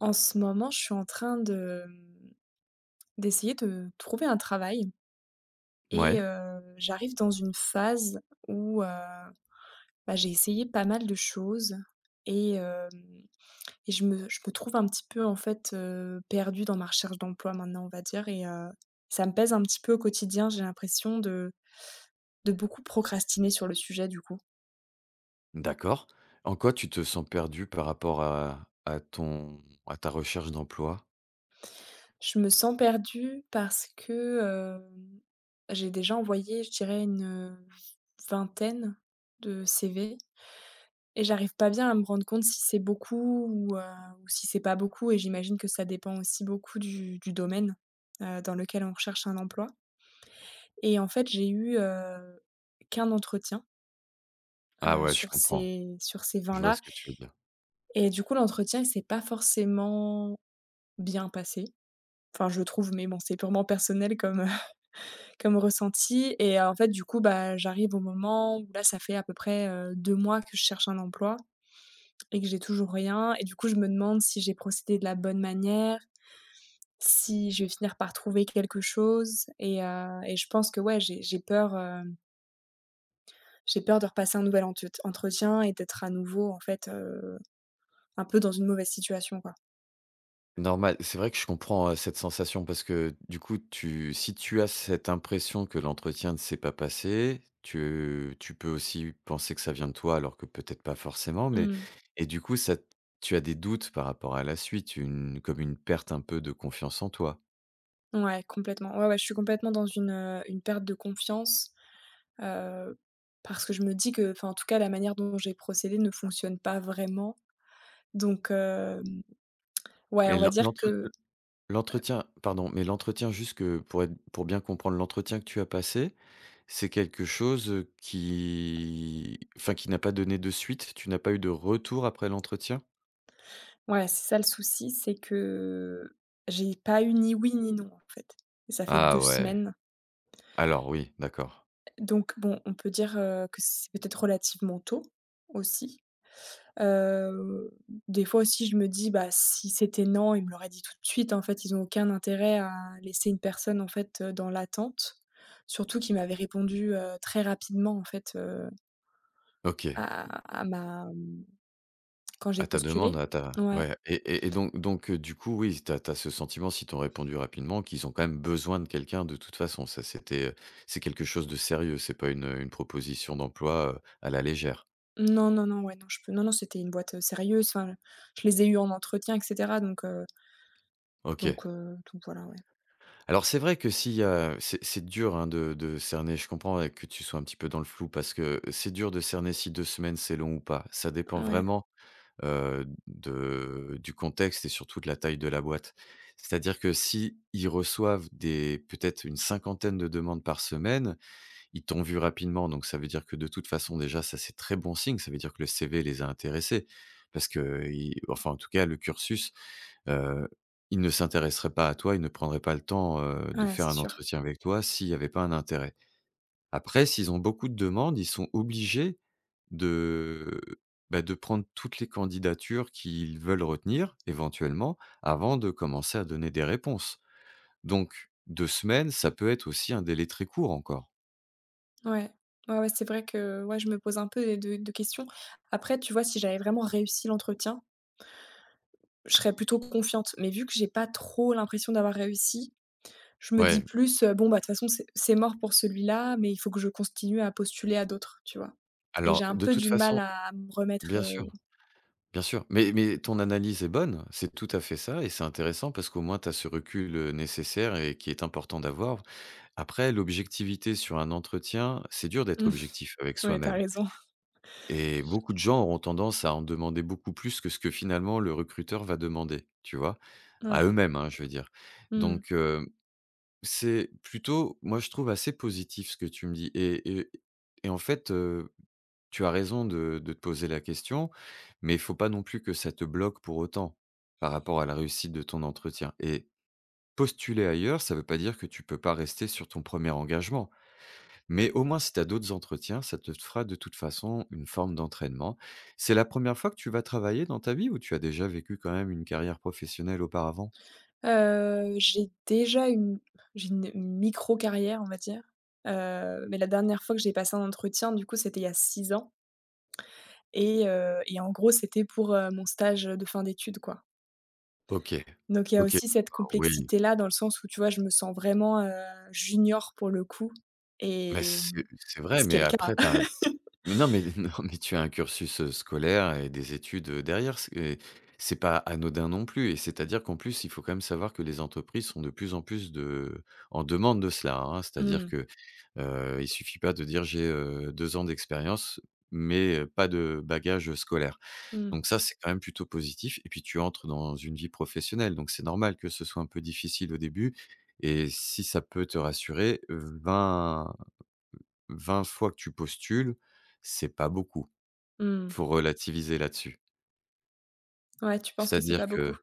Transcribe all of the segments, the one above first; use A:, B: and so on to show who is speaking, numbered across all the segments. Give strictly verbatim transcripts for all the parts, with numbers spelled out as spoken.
A: En ce moment, je suis en train de, mmh, d'essayer de trouver un travail et
B: Ouais,
A: heu, j'arrive dans une phase où, heu, bah, j'ai essayé pas mal de choses et hem et je me je me trouve un petit peu, en fait, heu, perdue dans ma recherche d'emploi maintenant, on va dire et heu, ça me pèse un petit peu au quotidien. J'ai l'impression de de beaucoup procrastiner sur le sujet, du coup.
B: d'accord. En quoi tu te sens perdu par rapport à à ton à ta recherche d'emploi?
A: Je me sens perdue parce que, hem, j'ai déjà envoyé, je dirais, une, heu, vingtaine de C V. Et j'arrive pas bien à me rendre compte si c'est beaucoup ou, heu, ou si c'est pas beaucoup, et j'imagine que ça dépend aussi beaucoup du du domaine, heu, dans lequel on recherche un emploi, et en fait, j'ai eu, heu, qu'un entretien,
B: Ah
A: heu,
B: ouais, je
A: sur
B: comprends.
A: ces sur ces
B: Je
A: vingt
B: vois
A: là.
B: ce que tu veux dire.
A: Et du coup, l'entretien, il s'est pas forcément bien passé. Enfin, je trouve, mais bon, c'est purement personnel comme, comme ressenti. Et euh, en fait, du coup, bah, j'arrive au moment où là, ça fait à peu près, heu, deux mois que je cherche un emploi et que j'ai toujours rien, et du coup, je me demande si j'ai procédé de la bonne manière, si je vais finir par trouver quelque chose. Et heu et je pense que ouais, j'ai j'ai peur, hem, j'ai peur de repasser un nouvel entet entretien et d'être à nouveau, en fait, heu, un peu dans une mauvaise situation, quoi.
B: Normal, c'est vrai que je comprends, heu, cette sensation parce que du coup tu si tu as cette impression que l'entretien ne s'est pas passé, tu tu peux aussi penser que ça vient de toi alors que peut-être pas forcément, mais
A: Mmh.
B: et du coup ça tu as des doutes par rapport à la suite, une comme une perte un peu de confiance en toi.
A: Ouais, complètement. Ouais, ouais, je suis complètement dans une, heu, une perte de confiance, heu, parce que je me dis que enfin, en tout cas, la manière dont j'ai procédé ne fonctionne pas vraiment, donc hem, ouais,
B: Mais
A: on va dire que…
B: l'entretien L'entretien pardon, mais l'entretien juste que pour être pour bien comprendre, l'entretien que tu as passé, c'est quelque chose, heu, qui enfin, qui n'a pas donné de suite? Tu n'as pas eu de retour après l'entretien?
A: Ouais, c'est ça le souci, c'est que j'ai pas eu ni oui ni non, en fait. Et ça fait deux
B: Ah ouais,
A: semaines.
B: alors oui, d'accord.
A: Donc bon, on peut dire, heu, que c'est peut-être relativement tôt aussi. Heu, des fois aussi, je me dis: «Bah, si c'était non, ils me l'auraient dit tout de suite, en fait, ils ont aucun intérêt à laisser une personne, en fait, heu, dans l'attente». Surtout qu'ils m'avaient répondu, heu, très rapidement, en fait, heu,
B: OK,
A: à à ma, mmh, quand j'ai
B: à ta
A: postulé.
B: demande, à ta
A: Ouais.
B: ouais et et et donc donc heu, du coup, oui, tu as ce sentiment, si t'ont répondu rapidement, qu'ils ont quand même besoin de quelqu'un de toute façon. Ça, c'était, heu, c'est quelque chose de sérieux, c'est pas une, une proposition d'emploi, heu, à la légère.
A: Non, non, non, ouais, non, je peux non, non, c'était une boîte, heu, sérieuse, enfin, je les ai eus en entretien et cetera, donc heu,
B: OK.
A: donc heu, donc voilà, ouais.
B: Alors c'est vrai que si, heu, c'est c'est dur, hein, de de cerner. Je comprends, ouais, que tu sois un petit peu dans le flou parce que c'est dur de cerner si deux semaines, c'est long ou pas. Ça dépend
A: Ouais,
B: vraiment, heu, de du contexte et surtout de la taille de la boîte. C'est-à-dire que si ils reçoivent des peut-être une cinquantaine de demandes par semaine, ils t'ont vu rapidement, donc ça veut dire que de toute façon déjà ça, c'est très bon signe. Ça veut dire que le C V les a intéressés parce qu'ils enfin en tout cas le cursus. Heu, il ne s'intéresserait pas à toi, il ne prendrait pas le temps, heu, de
A: ouais,
B: faire
A: c'est
B: un
A: sûr.
B: entretien avec toi s'il n'y avait pas un intérêt. Après, s'ils ont beaucoup de demandes, ils sont obligés de, bah, de prendre toutes les candidatures qu'ils veulent retenir, éventuellement, avant de commencer à donner des réponses. Donc deux semaines, ça peut être aussi un délai très court encore.
A: Ouais. Ouais, ouais, c'est vrai que, ouais, je me pose un peu des de de questions. Après, tu vois, si j'avais vraiment réussi l'entretien, je serais plutôt confiante, mais vu que j'ai pas trop l'impression d'avoir réussi, je me dis
B: Ouais,
A: plus, heu: «Bon, bah, de toute façon, c'est c'est mort pour celui-là, mais il faut que je continue à postuler à d'autres», tu vois? Et j'ai
B: alors
A: un
B: de
A: peu
B: toute
A: du mal
B: façon
A: à me remettre,
B: bien sûr,
A: heu
B: bien sûr, mais mais ton analyse est bonne, c'est tout à fait ça et c'est intéressant parce qu'au moins tu as ce recul, heu, nécessaire et qui est important d'avoir. Après, l'objectivité sur un entretien, c'est dur d'être objectif avec
A: ouais, t'as
B: soi-même.
A: raison.
B: Et beaucoup de gens auront tendance à en demander beaucoup plus que ce que finalement le recruteur va demander, tu vois? À
A: Ouais.
B: eux-mêmes, hein, je veux dire.
A: Mmh.
B: Donc, heu, c'est plutôt, moi, je trouve assez positif ce que tu me dis et et et en fait, heu, tu as raison de de te poser la question, mais il faut pas non plus que ça te bloque pour autant, par rapport à la réussite de ton entretien et postuler ailleurs, ça ne veut pas dire que tu peux pas rester sur ton premier engagement. Mais au moins, si tu as d'autres entretiens, ça te fera de toute façon une forme d'entraînement. C'est la première fois que tu vas travailler dans ta vie ou tu as déjà vécu quand même une carrière professionnelle auparavant?
A: Heu, j'ai déjà une j'ai une micro-carrière, on va dire, heu, mais la dernière fois que j'ai passé un entretien, du coup, c'était il y a six ans. Et heu et en gros, c'était pour, heu, mon stage de fin d'études, quoi.
B: OK.
A: Donc il y a
B: OK.
A: aussi cette
B: Oui,
A: complexité-là dans le sens où, tu vois, je me sens vraiment, heu, junior pour le coup,
B: mais
A: et mmh,
B: c'est c'est vrai,
A: ce qui est
B: mais
A: le cas.
B: après tu as. Mais non, mais non, mais tu as un cursus, heu, scolaire et des études, heu, derrière, c'est et c'est pas anodin non plus et c'est-à-dire qu'en plus, il faut quand même savoir que les entreprises sont de plus en plus de en demande de cela, hein. C'est-à-dire
A: Mmh,
B: que, heu, il suffit pas de dire: «J'ai, heu, deux ans d'expérience, mais heu, pas de bagage, scolaire».
A: mmh,
B: Donc ça, c'est quand même plutôt positif et puis tu entres dans une vie professionnelle, donc c'est normal que ce soit un peu difficile au début et si ça peut te rassurer, 20 Vingt fois que tu postules, c'est pas beaucoup.
A: mmh.
B: Faut relativiser là-dessus.
A: Ouais, tu penses que c'est pas
B: C'est-à-dire
A: beaucoup?
B: que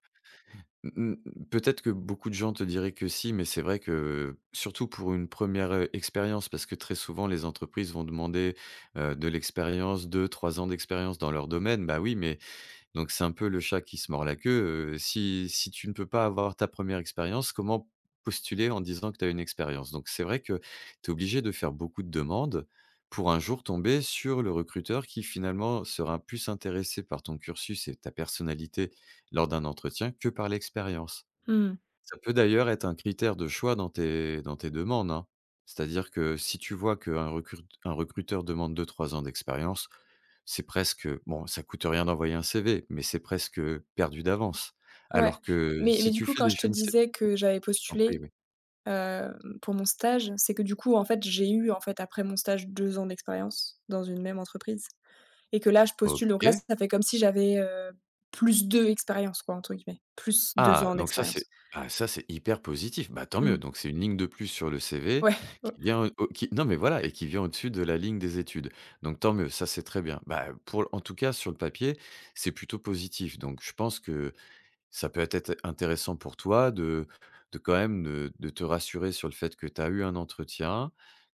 B: mmh mh, peut-être que beaucoup de gens te diraient que si, mais c'est vrai que, surtout pour une première re expérience, parce que très souvent les entreprises vont demander, heu, de l'expérience, deux, trois ans d'expérience dans leur domaine. Bah oui, mais donc c'est un peu le chat qui se mord la queue, heu, si si tu ne peux pas avoir ta première expérience, comment postuler en disant que tu as une expérience? Donc c'est vrai que tu es obligé de faire beaucoup de demandes pour un jour tomber sur le recruteur qui finalement sera plus intéressé par ton cursus et ta personnalité lors d'un entretien que par l'expérience.
A: Mmh.
B: Ça peut d'ailleurs être un critère de choix dans tes dans tes demandes, hein. C'est-à-dire que si tu vois qu'un recrute un recruteur demande deux trois ans d'expérience, c'est presque, bon, ça coûte rien d'envoyer un C V, mais c'est presque, perdu d'avance.
A: Ouais,
B: Alors que
A: mais
B: si
A: mais du
B: tu
A: coup,
B: fais
A: quand je
B: déjà
A: te
B: une sé
A: disais que j'avais
B: je t'en
A: postulé…
B: prie, oui.
A: Heu, pour mon stage, c'est que du coup, en fait, j'ai eu, en fait, après mon stage, deux ans d'expérience dans une même entreprise, et que là, je postule. Donc là,
B: OK.
A: ça fait comme si j'avais, heu, plus deux expériences quoi, entre guillemets, plus deux
B: Ah,
A: ans
B: donc ça, c'est
A: d'expérience.
B: ah, ça, c'est hyper positif. Bah, tant mieux.
A: Mmh.
B: Donc c'est une ligne de plus sur le C V
A: Ouais, ouais.
B: qui vient, au qui non, mais voilà et qui vient au-dessus de la ligne des études. Donc tant mieux, ça, c'est très bien. Bah, pour en tout cas, sur le papier, c'est plutôt positif. Donc je pense que ça peut être intéressant pour toi de de quand même de de te rassurer sur le fait que tu as eu un entretien,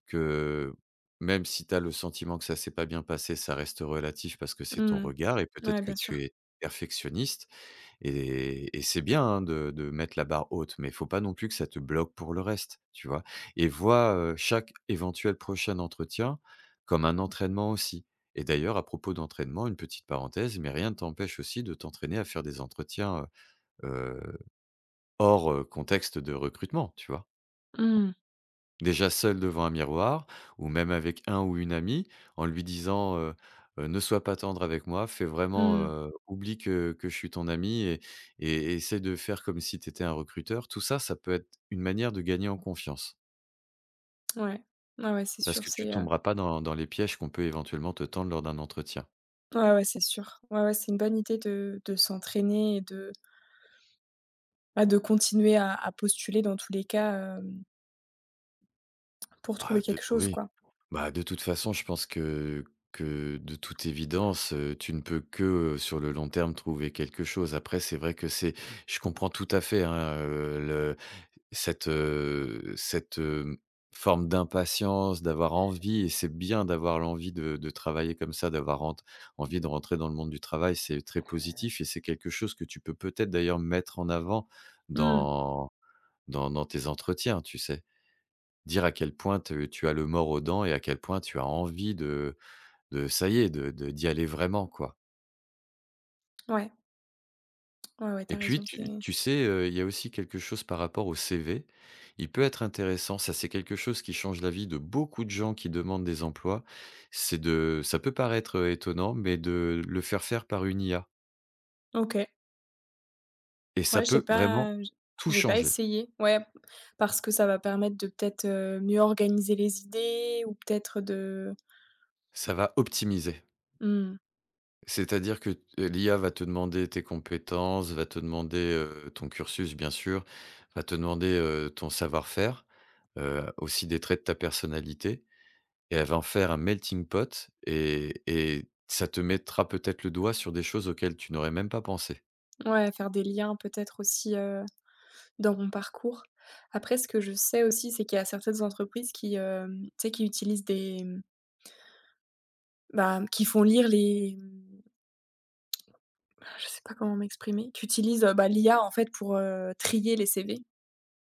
B: que même si tu as le sentiment que ça s'est pas bien passé, ça reste relatif parce que c'est ton
A: Mmh.
B: regard et
A: Ouais,
B: peut-être que
A: bien sûr.
B: tu es perfectionniste et et c'est bien, hein, de de mettre la barre haute, mais il faut pas non plus que ça te bloque pour le reste, tu vois? Et vois, heu, chaque éventuel prochain entretien comme un entraînement aussi. Et d'ailleurs, à propos d'entraînement, une petite parenthèse, mais rien ne t'empêche aussi de t'entraîner à faire des entretiens, heu, hors, heu, contexte de recrutement, tu vois?
A: Mmh.
B: Déjà seul devant un miroir ou même avec un ou une amie en lui disant, heu heu: «Ne sois pas tendre avec moi, fais vraiment,
A: Mmh.
B: heu, oublie que que je suis ton ami et et essaie de faire comme si tu étais un recruteur». Tout ça, ça peut être une manière de gagner en confiance
A: Ouais. Ouais, ouais, c'est
B: parce
A: sûr,
B: que tu
A: c'est, heu
B: tomberas pas dans dans les pièges qu'on peut éventuellement te tendre lors d'un entretien.
A: ouais, ouais, c'est sûr. Ouais, ouais, c'est une bonne idée de de s'entraîner et de, bah, de continuer à à postuler dans tous les cas, hem pour
B: Bah,
A: trouver
B: de
A: quelque chose,
B: oui.
A: quoi.
B: Bah, de toute façon, je pense que que de toute évidence, heu, tu ne peux que, heu, sur le long terme, trouver quelque chose. Après, c'est vrai que c'est je comprends tout à fait, hein, heu, le cette, heu, cette, hem, forme d'impatience, d'avoir envie et c'est bien d'avoir l'envie de de travailler comme ça, d'avoir ent envie de rentrer dans le monde du travail. C'est très positif et c'est quelque chose que tu peux peut-être d'ailleurs mettre en avant
A: Mmh.
B: dans dans dans tes entretiens, tu sais? Dire à quel point te tu as le mors aux dents et à quel point tu as envie de de ça y est, de de d'y aller vraiment, quoi.
A: Ouais, ouais, ouais, t'as
B: Et puis
A: raison, c'est…
B: tu tu sais, heu, il y a aussi quelque chose par rapport au C V. Il peut être intéressant, ça c'est quelque chose qui change la vie de beaucoup de gens qui demandent des emplois. C'est de ça peut paraître, heu, étonnant, mais de le faire faire par une I A
A: OK.
B: et ça
A: Ouais, j'ai
B: peut vraiment
A: pas j
B: tout
A: j'ai pas
B: changer.
A: essayé. Ouais, parce que ça va permettre de peut-être, heu, mieux organiser les idées ou peut-être de…
B: Ça va optimiser.
A: mmh,
B: C'est-à-dire que t l'I A va te demander tes compétences, va te demander, heu, ton cursus bien sûr, va te demander, heu, ton savoir-faire, heu, aussi des traits de ta personnalité et elle va en faire un melting pot et et ça te mettra peut-être le doigt sur des choses auxquelles tu n'aurais même pas pensé.
A: ouais, faire des liens peut-être aussi, heu dans mon parcours. Après ce que je sais aussi, c'est qu'il y a certaines entreprises qui, hem, tu sais, qui utilisent des, mmh, bah, qui font lire les, mmh, je sais pas comment m'exprimer, qui utilisent, heu, bah, l'I A en fait pour, heu, trier les C V.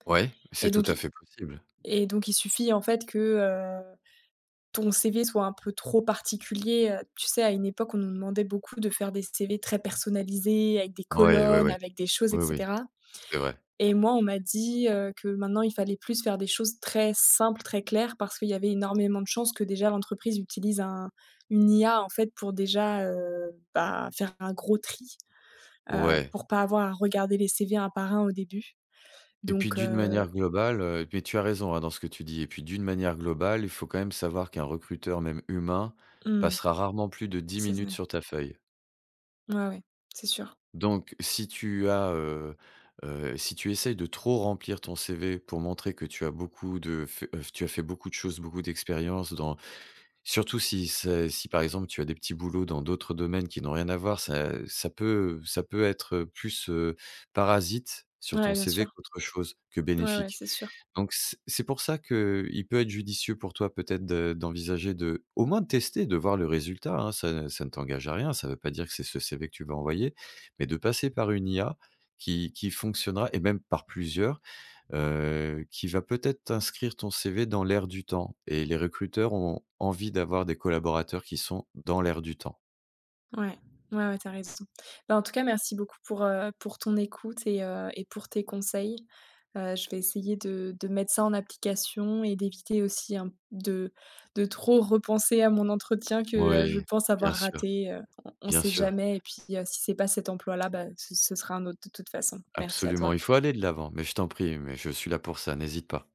B: Ouais, c'est
A: et
B: tout
A: donc
B: à
A: i
B: fait possible.
A: et donc il suffit en fait que, heu, ton C V soit un peu trop particulier. Heu, tu sais, à une époque on nous demandait beaucoup de faire des C V très personnalisés avec des
B: Ouais, ouais,
A: colonnes,
B: ouais.
A: avec des choses et
B: Oui, oui,
A: cetera.
B: c'est vrai.
A: Et moi, on m'a dit, heu, que maintenant il fallait plus faire des choses très simples, très claires, parce qu'il y avait énormément de chances que déjà l'entreprise utilise un une I A en fait pour déjà, heu, bah, faire un gros tri, heu,
B: Ouais.
A: pour pas avoir à regarder les C V un par un au début.
B: Et puis
A: Donc
B: d'une
A: heu,
B: manière globale, heu, mais tu as raison, hein, dans ce que tu dis et puis d'une manière globale, il faut quand même savoir qu'un recruteur, même humain,
A: mmh,
B: passera rarement plus de dix
A: c'est ça.
B: minutes sur ta feuille.
A: Ouais, ouais, c'est sûr.
B: Donc si tu as, heu heu, si tu essayes de trop remplir ton C V pour montrer que tu as beaucoup de fait heu, tu as fait beaucoup de choses, beaucoup d'expériences dans surtout si c'est si par exemple tu as des petits boulots dans d'autres domaines qui n'ont rien à voir, ça ça peut ça peut être, plus, heu, parasite sur
A: Ouais,
B: ton
A: bien
B: C V
A: sûr.
B: qu'autre chose, que
A: Ouais, ouais,
B: bénéfique.
A: c'est sûr.
B: Donc c'est c'est pour ça que il peut être judicieux pour toi peut-être de d'envisager de au moins de tester, de voir le résultat, hein. Ça ça ne t'engage à rien, ça ne veut pas dire que c'est ce C V que tu vas envoyer, mais de passer par une I A qui qui fonctionnera et même par plusieurs, heu, qui va peut-être inscrire ton C V dans l'air du temps et les recruteurs ont envie d'avoir des collaborateurs qui sont dans l'air du temps.
A: Ouais, ouais, ouais, tu raison. Bah, en tout cas, merci beaucoup pour, heu, pour ton écoute et heu et pour tes conseils. Heu, je vais essayer de de mettre ça en application et d'éviter aussi un de de trop repenser à mon entretien que, heu, je
B: Oui,
A: pense avoir
B: bien sûr,
A: raté, heu, on ne
B: bien
A: sait
B: sûr,
A: jamais. Et puis, heu, si c'est pas cet emploi-là, bah, ce ce sera un autre de toute façon. Merci à
B: absolument,
A: toi.
B: il faut aller de l'avant, mais je t'en prie, mais je suis là pour ça, n'hésite pas.